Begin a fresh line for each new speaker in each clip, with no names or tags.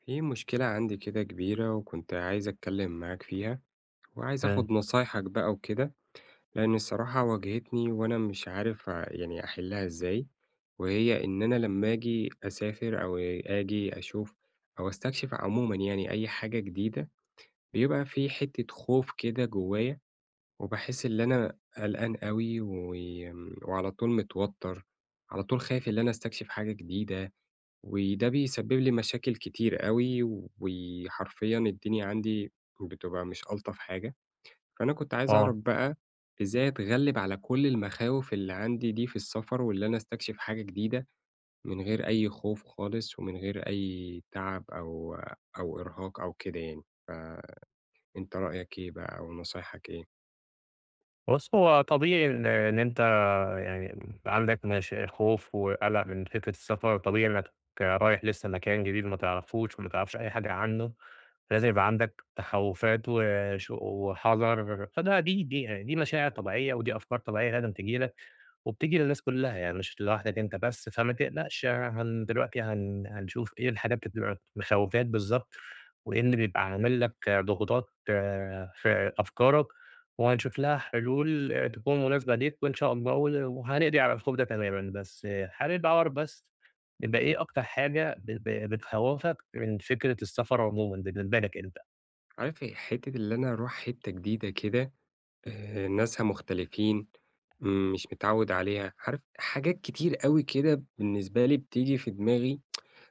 في مشكلة عندي كده كبيرة وكنت عايز أتكلم معاك فيها وعايز
إمم،
أخد نصايحك بقى وكده. لأن الصراحة واجهتني وأنا مش عارف يعني أحلها إزاي. وهي إن أنا لما أجي أسافر أو أجي أشوف أو أستكشف عموما يعني أي حاجة جديدة بيبقى في حتة خوف كده جوايا. وبحس إن أنا قلقان قوي وعلى طول متوتر، على طول خايف إن أنا أستكشف حاجة جديدة. وده بيسبب لي مشاكل كتير أوي، وحرفيًا الدنيا عندي بتبقى مش ألطف حاجة، فأنا كنت عايز أعرف
آه،
بقى إزاي أتغلب على كل المخاوف اللي عندي دي في السفر، واللي أنا أستكشف حاجة جديدة من غير أي خوف خالص، ومن غير أي تعب أو إرهاق أو كده يعني. فأنت رأيك إيه بقى أو نصايحك إيه؟
بُص هو طبيعي إن أنت يعني عندك مش خوف وقلق من فكرة السفر، طبيعي إنك رايح لسه مكان جديد ما تعرفوش وما تعرفش أي حاجة عنه، لازم يبقى عندك تخوّفات وش وحذر، دي يعني دي مشاعر طبيعية ودي أفكار طبيعية لازم تيجي لك. وبتيجي للناس كلّها، يعني مش لوحدك أنت بس، فما تقلقش دلوقتي هنشوف إيه الحاجات اللي بتبقى مخوّفاك بالضبط، وإيه اللي بيبقى عامل لك ضغوطات في أفكارك، وهنشوف لها حلول تكون مناسبة ليك وإن شاء الله وهنقضي على الخوف ده تمامًا، بس خلّي الدَوَع بس يبقى إيه أكتر حاجة ب ب بتخوّفك من فكرة السفر عمومًا بالنسبة لك أنت؟
عارف حتة اللي أنا أروح حتة جديدة كده، ناسها مختلفين، مش متعوّد عليها. عارف حاجات كتير أوي كده بالنسبة لي بتيجي في دماغي،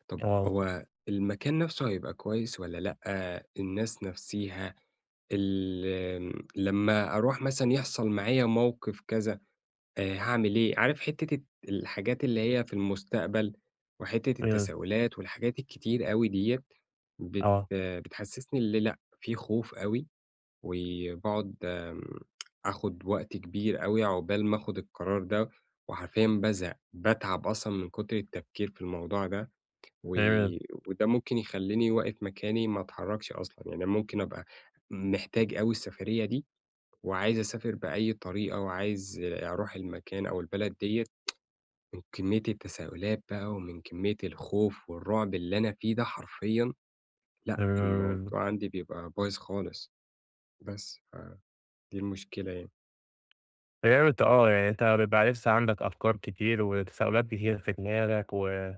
طَب
آه،
هو المكان نَفْسه هيبقى كويس والّا لأ، الناس نَفْسيها، ال آمم، لمّا أروح مثلًا يحصل معايا موقِف كذا، هاعمل إيه؟ عارف حتّة الحاجات اللي هي في المستقبل وحتّة
إمم،
التساؤلات والحاجات الكتير أوي ديّة
آه،
بتحسّسني اللي لأ، في خوف أوي. وباقعد، آخُد وقت كبير أوي عقبال ما آخُد القرار ده، وحرفيًا بازهق، باتعب أصلًا من كتر التفكير في الموضوع ده، و وده ممكن يخلّيني واقف مكاني ما أتحرّكش أصلًا. يعني ممكن أبقى محتاج أوي السفرية دي وعايز أسافر بأي طريقة وعايز أروح المكان أو البلد ديّة، من كمية التساؤلات بقى ومن كمية الخوف والرعب اللي أنا فيه ده حرفيًا لأ،
إمم،
الموضوع
إمم.
عندي بيبقى بايظ خالص. بس فدي المشكلة يعني.
فهمت يعني أنت بيبقى لسه عندك أفكار كتير وتساؤلات كتير في دماغك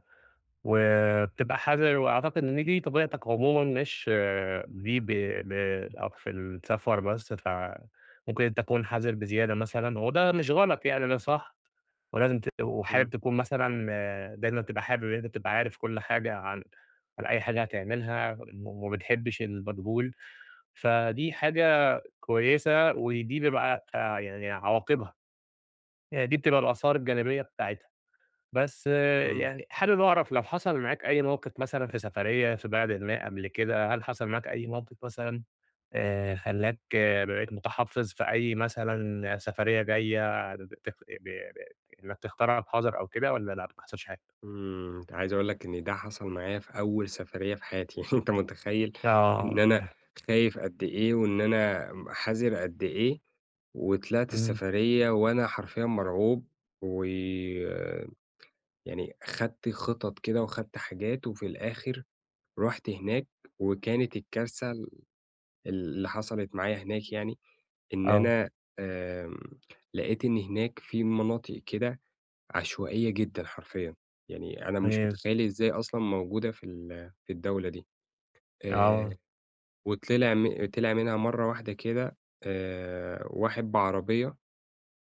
وبتبقى حذر وأعتقد إن دي طبيعتك عمومًا مش دي ب ب أو في السفر بس، فممكن تكون حذر بزيادة مثلًا وده مش غلط يعني ده صح، ولازم ت
إمم.
وحابب تكون مثلًا دايمًا تبقى حابب إن أنت تبقى عارف كل حاجة عن أي حاجة هتعملها وما بتحبش المجهول، فدي حاجة كويسة ودي بيبقى يعني عواقبها. يعني دي بتبقى الآثار الجانبية بتاعتها، بس
إمم.
يعني حابب أعرف لو حصل معاك أي موقف مثلًا في سفرية في بلدٍ ما قبل كده، هل حصل معاك أي موقف مثلًا خلّاك بقيت متحفّظ في أي مثلًا سفرية جاية ب بتخ ب ب إنك تختارها بحذر أو كده والّا لأ ما حصلش حاجة؟
إمم، أنت عايز أقول لك إن ده حصل معايا في أول سفرية في حياتي، يعني أنت متخيّل إن
آه،
أنا خايف قد إيه، وإن أنا حذر قد إيه، وطلعت
إمم،
السفرية وأنا حرفيًا مرعوب، ويعني خدت خطط كده وخدت حاجات، وفي الآخر رُحت هناك وكانت الكارثة اللي حصلت معايا هناك يعني. إن
آه،
أنا آمم، لقيت إن هناك في مناطق كده عشوائية جدًا حرفيًا، يعني أنا مش
تمام،
متخيّل إزاي أصلًا موجودة في في الدولة دي. آآ
آه،
وطلع طلع منها مرّة واحدة كده، واحد بعربية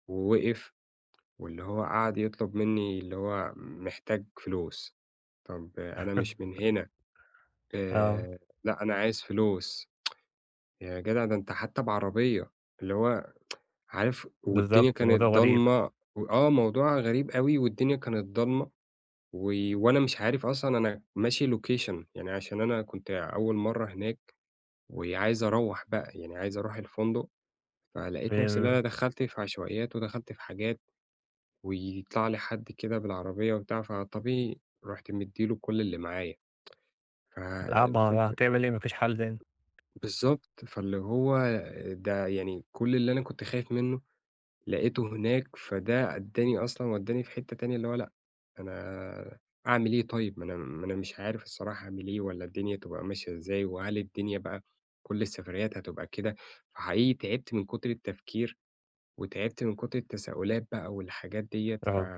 ووقف، واللي هو قعد يطلب منّي اللي هو محتاج فلوس. طَب آه، أنا مش من هنا،
آه،
آآ لأ أنا عايز فلوس. يا جدع ده أنت حتى بعربية، اللي هو عارف والدنيا
بالضبط،
كانت
الموضوع غريب،
ضلمة و آه، موضوع غريب أوي والدنيا كانت ضلمة، و وأنا مش عارف أصلًا أنا ماشي location يعني عشان أنا كنت أول مرّة هناك، وعايز أروّح بقى، يعني عايز أروح الفندق. فلقيت نفسي
آآ،
اللي أنا دخلت في عشوائيات ودخلت في حاجات، ويطلع لي حد كده بالعربية وبتاع، فطبيعي رُحت مدّي له كل اللي معايا.
آه ما
فالفكرة
هتعمل إيه ما فيش حل تاني،
بالضبط، فاللي هو ده يعني كل اللي أنا كنت خايف منه لقيته هناك، فده أدّاني أصلًا ودّاني في حتّة تانية، اللي هو لأ، أنا أعمل إيه طيب؟ ما أنا مش عارف الصراحة أعمل إيه والّا الدنيا تبقى ماشية إزاي، وهل الدنيا بقى كل السفريّات هتبقى كده؟ فحقيقي تعبت من كتر التفكير، وتعبت من كتر التساؤلات بقى والحاجات ديّة،
آه.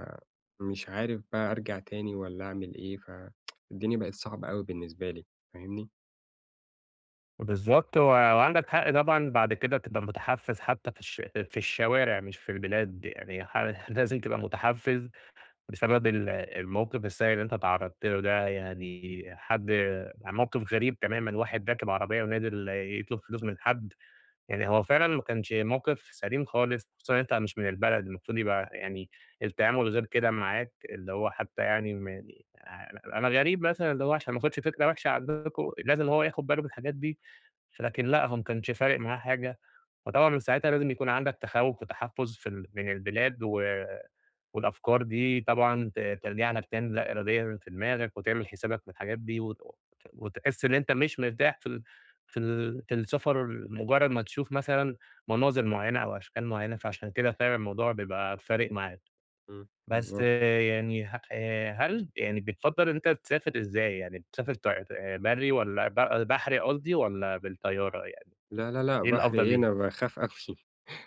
فمش عارف بقى أرجع تاني والّا أعمل إيه، فالدنيا بقت صعبة أوي بالنسبة لي. فاهمني؟
بالضبط، وعندك حق طبعًا بعد كده تبقى متحفّز حتى في الشوارع مش في البلاد، يعني لازم تبقى متحفّز بسبب الموقف السيء اللي أنت اتعرّضت له ده، يعني حد يعني موقف غريب تمامًا، واحد راكب عربية ونازل يطلب فلوس من حد، يعني هو فعلًا ما كانش موقف سليم خالص، خصوصًا إن أنت مش من البلد، المفروض يبقى يعني التعامل غير كده معاك، اللي هو حتى يعني أنا غريب مثلًا اللي هو عشان ما اخدش فكرة وحشة عندكم، لازم هو ياخد باله من الحاجات دي. لكن لأ، هو ما كانش فارق معاه حاجة، فطبعًا من ساعتها لازم يكون عندك تخوّف وتحفُّظ في ال من البلاد والأفكار دي طبعًا ترجع لك تاني لا إراديًا في دماغك وتعمل حسابك من الحاجات دي وتحس إن أنت مش مرتاح في السفر مجرّد ما تشوف مثلًا مناظر معيّنة أو أشكال معيّنة، فعشان كده فعلًا الموضوع بيبقى فارق معاك.
إمم.
بس
بالضبط.
يعني ه هل يعني بتفضّل إن أنت تسافر إزاي؟ يعني بتسافر ط برّي والّا بحري قصدي والّا بالطيارة يعني؟
لا، لا، لأ،
إيه
بحر
الأفضل
إيه؟
ليه؟
أنا باخاف أوي.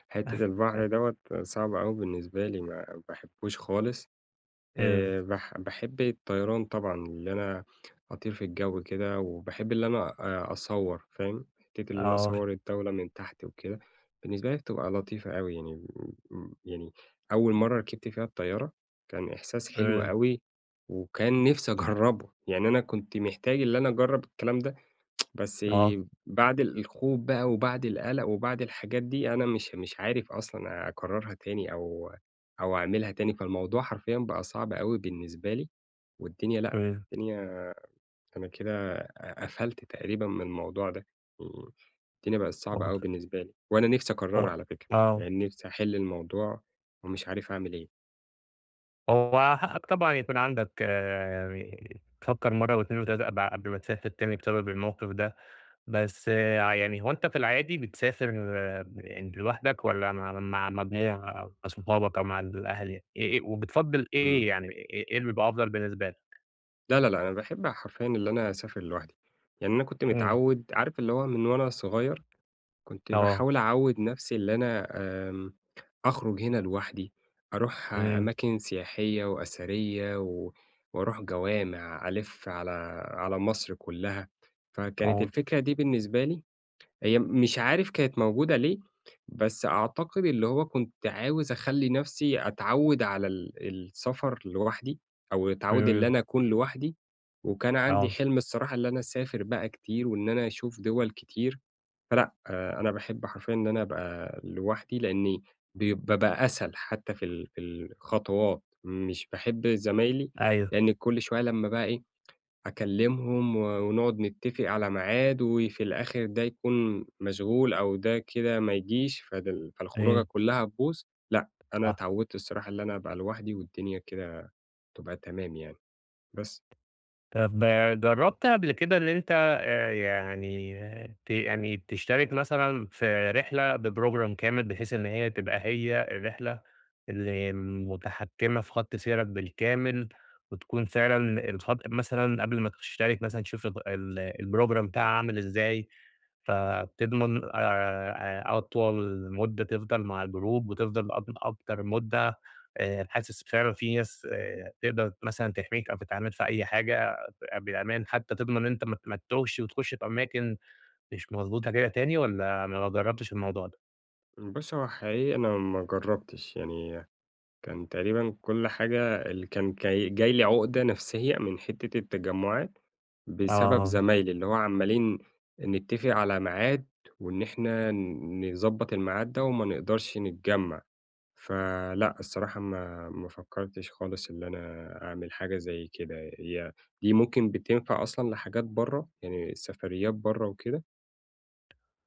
حتّة البحر دوّة صعب أوي بالنسبة لي، ما باحبوش خالص.
إمم،
باحب الطيران طبعًا، اللي أنا أطير في الجو كده، وباحب اللي أنا أصوّر فاهم، حتّة اللي أنا
آه،
أصوّر الدولة من تحت وكده، بالنسبة لي بتبقى لطيفة أوي يعني. يعني أول مرّة ركبت فيها الطيارة كان إحساس حلو
إمم،
أوي، وكان نِفْسي أجرّبه، يعني أنا كنت محتاج اللي أنا أجرّب الكلام ده، بس
آه،
بعد الخوف بقى وبعد القلق وبعد الحاجات دي، أنا مش عارف أصلًا أكرّرها تاني أو أعملها تاني. فالموضوع حرفيًا بقى صعب أوي بالنسبة لي، والدنيا لأ،
إمم،
الدنيا أنا كده قفلت تقريبًا من الموضوع ده. امم، الدنيا بقت صعبة أوي
منطقي،
بالنسبة لي، وأنا نِفْسي أكرّرها
آه،
على فكرة،
آه،
يعني نِفْسي أحل الموضوع ومش عارف أعمل إيه،
هو حقك طبعًا يكون عندك يعني تفكّر مرّة و2 و3 قبل ما تسافر تاني بسبب الموقف ده، بس يعني هو أنت في العادي بتسافر يعني لوحدك والّا مع مجموعة أو مع صحابك أو مع الأهل يعني؟ إيه وبتفضّل
امم،
إيه يعني إيه اللي بيبقى أفضل بالنسبة لك؟
لا، لا، لأ، أنا باحب حرفيًا اللي أنا أسافر لوحدي. يعني أنا كنت
إمم،
متعوّد عارف اللي هو من وأنا صغير كنت
آه،
باحاول أعوّد نَفْسي اللي أنا، آمم، أخرُج هنا لوحدي، أروح
إمم،
أماكن سياحية وأثرية وأروح جوامع، ألِف على مصر كُلّها. فكانت
آه،
الفكرة دي بالنسبة لي هي مش عارف كانت موجودة ليه، بس أعتقد اللي هو كنت عاوز أخلّي نَفْسي أتعوّد على السفر لوحدي أو أتعوّد اللي
إمم،
أنا أكون لوحدي. وكان عندي
آه،
حِلم الصراحة اللي أنا أسافر بقى كتير وإن أنا أشوف دِوَل كتير. فلأ، أنا باحب حرفيًا إن أنا أبقى لوحدي، لإني بيبقى بقى أسهل حتى في في الخطوات. مش باحب زمايلي،
أيوه،
لإن كل شوية لمّا بقى إيه، أكلمهم ونقعد نتفق على ميعاد، وفي الآخر ده يكون مشغول أو ده كده ما يجيش، فده ال فالخروجة
إمم،
كلها تبوظ. لأ، أنا
صح.
اتعودت الصراحة إن أنا أبقى لوحدي والدنيا كده تبقى تمام يعني. بس
طب جرّبت قبل كده إن أنت يعني يعني تشترك مثلًا في رحلة بprogram كامل، بحيث إن هي تبقى هي الرحلة اللي متحكمة في خط سيرك بالكامل، وتكون فعلًا الخط مثلًا قبل ما تشترك مثلًا تشوف ال ال الprogram بتاعها عامل إزاي؟ فبتضمن أطول مدة تفضل مع الجروب، وتفضل أكتر مدة حاسس فعلًا في ناس تقدر مثلًا تحميك أو تتعامل في أي حاجة بالأمان، حتى تضمن إن أنت ما تتوهش وتخش في أماكن مش مضبوطة كده تاني والّا ما جربتش الموضوع ده؟
بُص، هو حقيقي أنا ما جربتش يعني. كان تقريبًا كل حاجة اللي كان جاي جاي لي عُقدة نفسية من حتّة التجمُّعات بسبب
آه.
زمايلي، اللي هو عمّالين نتّفق على ميعاد وإن إحنا نضبّط الميعاد ده وما نقدرش نتجمّع. فلأ الصراحة ما فكّرتش خالص اللي أنا أعمل حاجة زي كده. هي دي ممكن بتنفع أصلًا لحاجات برّه، يعني سفريات برّه وكده؟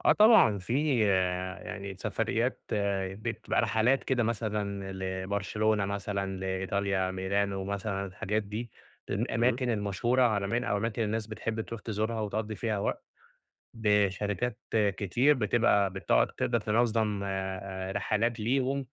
آه طبعًا في يعني سفريات بتبقى رحلات كده مثلًا لبرشلونة مثلًا، لإيطاليا، ميلانو مثلًا، الحاجات دي،
إمم،
الأماكن المشهورة عالميًا أو أماكن الناس بتحب تروح تزورها وتقضّي فيها وقت، بشركات كتير بتبقى بتقعد تقدر تنظّم رحلات ليهم.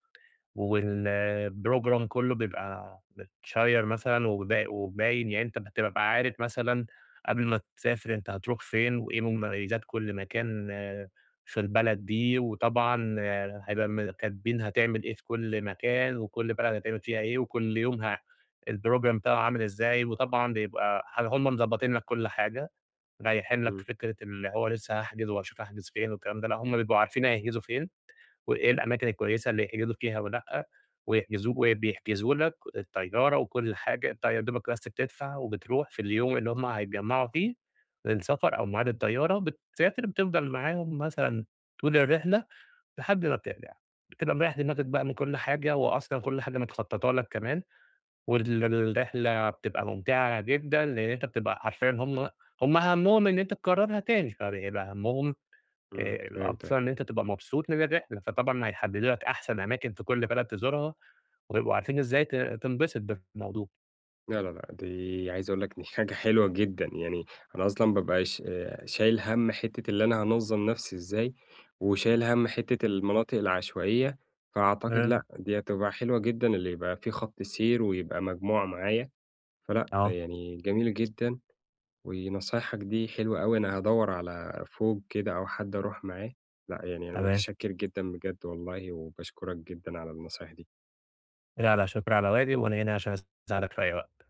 والبروجرام كله بيبقى متشيّر مثلًا وباين، يعني أنت بتبقى عارف مثلًا قبل ما تسافر أنت هتروح فين، وإيه مميزات كل مكان في البلد دي، وطبعًا هيبقى كاتبين هتعمل إيه في كل مكان، وكل بلد هتعمل فيها إيه، وكل يوم البروجرام بتاعه عامل إزاي، وطبعًا بيبقى هم مضبّطين لك كل حاجة، مريّحين لك
إمم،
فكرة اللي هو لسه هاحجز وهاشوف هاحجز فين والكلام ده، لأ هم بيبقوا عارفين هيحجزوا فين. وإيه الأماكن الكويسة اللي يحجزوا فيها ولأ، ويحجزوا وبيحجزوا لك الطيارة وكل حاجة، أنت يا دوبك بس بتدفع وبتروح في اليوم اللي هم هيتجمعوا فيه للسفر أو ميعاد الطيارة، بتسافر بتفضل معاهم مثلًا طول الرحلة لحد ما بترجع، بتبقى مريّح دماغك بقى من كل حاجة، وأصلًا كل حاجة متخططة لك كمان، الرحلة بتبقى ممتعة جدًا، لأن أنت بتبقى عارفين هم هَمّهم إن أنت تكررها تاني، فبيبقى هَمّهم
إمم،
أكتر
فهمتك.
إن أنت تبقى مبسوط من الرحلة، فطبعًا هيحددوا لك أحسن أماكن في كل بلد تزورها، ويبقوا عارفين إزاي تنبسط بالموضوع.
لا، لا، لأ، دي عايز أقول لك دي حاجة حلوة جدًا. يعني أنا أصلًا بابقى ش شايل هَم حتّة اللي أنا هانظّم نَفْسي إزاي، وشايل هَم حتّة المناطق العشوائية، فأعتقد
إمم،
لأ، دي هتبقى حلوة جدًا اللي يبقى في خط سير ويبقى مجموعة معايا. فلأ،
آه،
يعني جميل جدًا، ونصايحك دي حلوة أوي، أنا هادوّر على فوج كده أو حد أروح معاه. لأ، يعني أنا
تمام.
متشكر جدًا بجد والله، وباشكرك جدًا على النصايح دي.
لا، لا شكر على واجب، وأنا هنا عشان أساعدك في أي وقت.